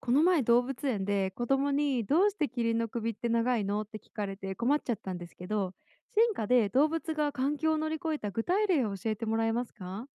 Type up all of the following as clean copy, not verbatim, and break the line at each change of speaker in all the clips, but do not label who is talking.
この前動物園で子供にどうしてキリンの首って長いのって聞かれて困っちゃったんですけど、進化で動物が環境を乗り越えた具体例を教えてもらえますか？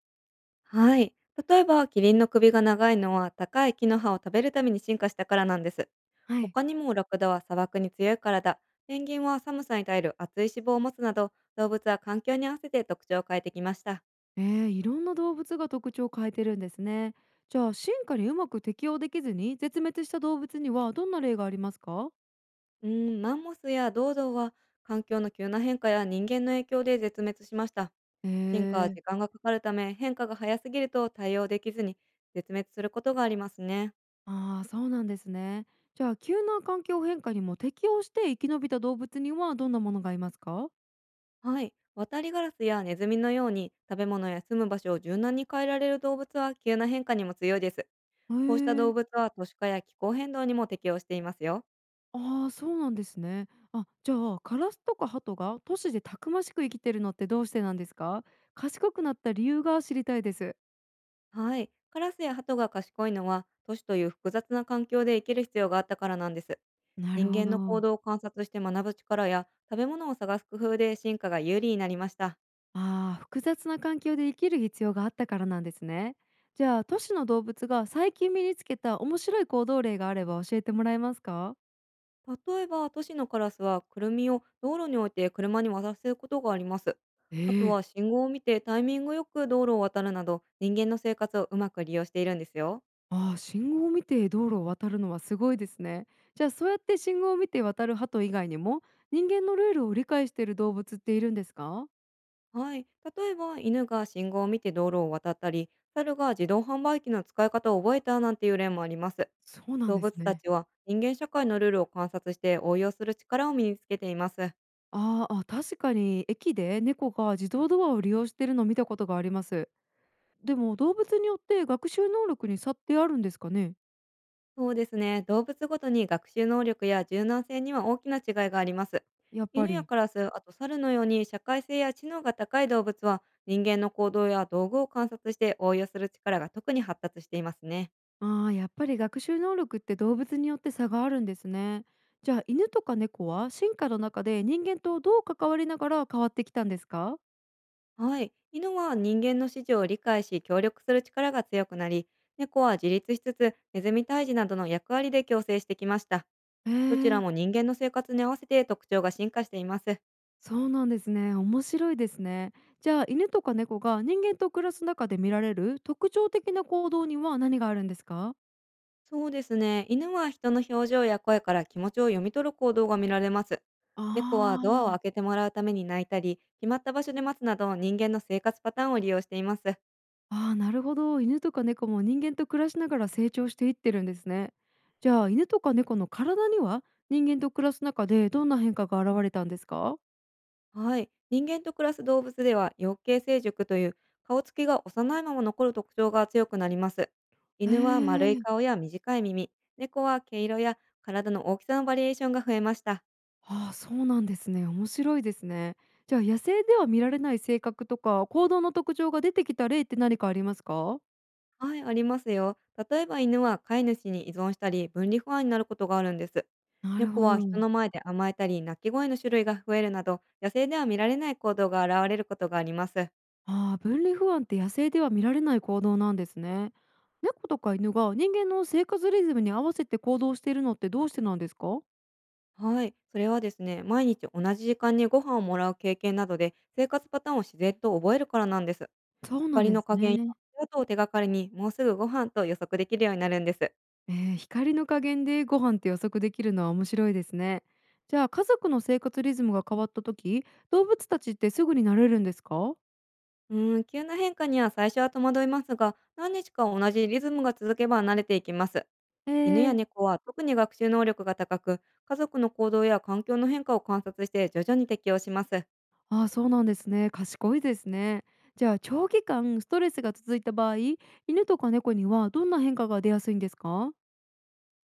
はい。例えば、キリンの首が長いのは高い木の葉を食べるために進化したからなんです。
はい。
他にもラクダは砂漠に強いからだ、ペンギンは寒さに耐える厚い脂肪を持つなど、動物は環境に合わせて特徴を変えてきました。
いろんな動物が特徴を変えてるんですね。じゃあ進化にうまく適応できずに絶滅した動物にはどんな例がありますか？
マンモスやドウドウは環境の急な変化や人間の影響で絶滅しました。
え
進化は
ー、
時間がかかるため、変化が早すぎると対応できずに絶滅することがありますね。
ああ、そうなんですね。じゃあ急な環境変化にも適応して生き延びた動物にはどんなものがいますか？
はい。渡りガラスやネズミのように食べ物や住む場所を柔軟に変えられる動物は急な変化にも強いです。
へえ
こうした動
ー。
物は都市化や気候変動にも適応していますよ。
ああ、そうなんですね。あ、じゃあカラスとかハトが都市でたくましく生きてるのってどうしてなんですか？賢くなった理由が知りたいです。
はい。カラスやハトが賢いのは都市という複雑な環境で生きる必要があったからなんです。
なる
人
ほ
間の行
ど。
動を観察して学ぶ力や食べ物を探す工夫で進化が有利になりました。
ああ、複雑な環境で生きる必要があったからなんですね。じゃあ都市の動物が最近身につけた面白い行動例があれば教えてもらえますか？
例えば、都市のカラスはクルミを道路に置いて車に渡せることがあります。
え
あとは、
え。
信号を見てタイミングよく道路を渡るなど、人間の生活をうまく利用しているんですよ。
ああ、信号を見て道路を渡るのはすごいですね。じゃあそうやって信号を見て渡るハト以外にも、人間のルールを理解している動物っているんですか？
はい。例えば、犬が信号を見て道路を渡ったり、猿が自動販売機の使い方を覚えたなんていう例もあります。
そうなん
動
です
物た
ね。
ちは人間社会のルールを観察して応用する力を身につけています。
ああ、あ、確かに駅で猫が自動ドアを利用しているのを見たことがあります。でも動物によって学習能力に差ってあるんですかね。
そうですね。動物ごとに学習能力や柔軟性には大きな違いがあります。
やっぱ
犬や
り。
カラス、あと猿のように社会性や知能が高い動物は、人間の行動や道具を観察して応用する力が特に発達していますね。
ああ、やっぱり学習能力って動物によって差があるんですね。じゃあ犬とか猫は進化の中で人間とどう関わりながら変わってきたんですか？
はい。犬は人間の指示を理解し協力する力が強くなり、猫は自立しつつネズミ退治などの役割で共生してきました。
へ
どちら
え、
も人間の生活に合わせて特徴が進化しています。
そうなんですね。面白いですね。じゃあ犬とか猫が人間と暮らす中で見られる特徴的な行動には何があるんですか？
そうですね。犬は人の表情や声から気持ちを読み取る行動が見られます。
あ
猫はドア
あ
を開
ー。
けてもらうために鳴いたり、決まった場所で待つなど、人間の生活パターンを利用しています。
ああ、なるほど。犬とか猫も人間と暮らしながら成長していってるんですね。じゃあ、犬とか猫の体には人間と暮らす中でどんな変化が現れたんですか？
はい。人間と暮らす動物では、養鶏成熟という顔つきが幼いまま残る特徴が強くなります。
へ
犬は丸い
え。
顔や短い耳、猫は毛色や体の大きさのバリエーションが増えました。
ああ、そうなんですね。面白いですね。じゃあ、野生では見られない性格とか行動の特徴が出てきた例って何かありますか？
はい、ありますよ。例えば、犬は飼い主に依存したり分離不安になることがあるんです。
なる
猫
ほ
は人
ど。
の前で甘えたり鳴き声の種類が増えるなど、野生では見られない行動が現れることがあります。
ああ、分離不安って野生では見られない行動なんですね。猫とか犬が人間の生活リズムに合わせて行動しているのってどうしてなんですか？
はい、それはですね、毎日同じ時間にご飯をもらう経験などで生活パターンを自然と覚えるからなんです。
そうなん
光
で
の
す
加減や
ね。
足音を手がかりに、もうすぐご飯と予測できるようになるんです。
光の加減でご飯って予測できるのは面白いですね。じゃあ家族の生活リズムが変わった時、動物たちってすぐに慣れるんですか？
急な変化には最初は戸惑いますが、何日か同じリズムが続けば慣れていきます。
え
犬や
ー、
猫は特に学習能力が高く、家族の行動や環境の変化を観察して徐々に適応します。
ああー、そうなんですね。賢いですね。じゃあ長期間ストレスが続いた場合、犬とか猫にはどんな変化が出やすいんですか？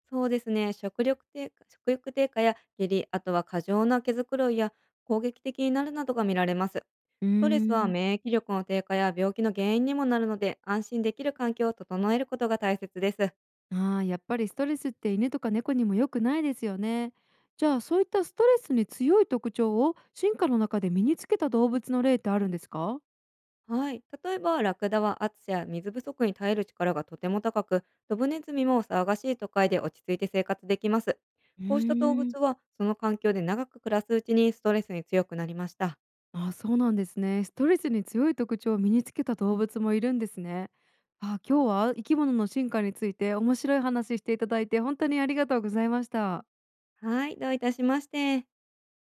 そうですね、食力低下食欲低下や下痢、あとは過剰な毛づくろいや攻撃的になるなどが見られます。
うー
ストレスは
ん。
免疫力の低下や病気の原因にもなるので、安心できる環境を整えることが大切です。
ああー、やっぱりストレスって犬とか猫にも良くないですよね。じゃあそういったストレスに強い特徴を進化の中で身につけた動物の例ってあるんですか？
はい。例えば、ラクダは暑さや水不足に耐える力がとても高く、ドブネズミも騒がしい都会で落ち着いて生活できます。
うー
こうした動
ん。
物は、その環境で長く暮らすうちにストレスに強くなりました。
あ、そうなんですね。ストレスに強い特徴を身につけた動物もいるんですね。あ、今日は生き物の進化について面白い話していただいて本当にありがとうございました。
はい。どういたしまして。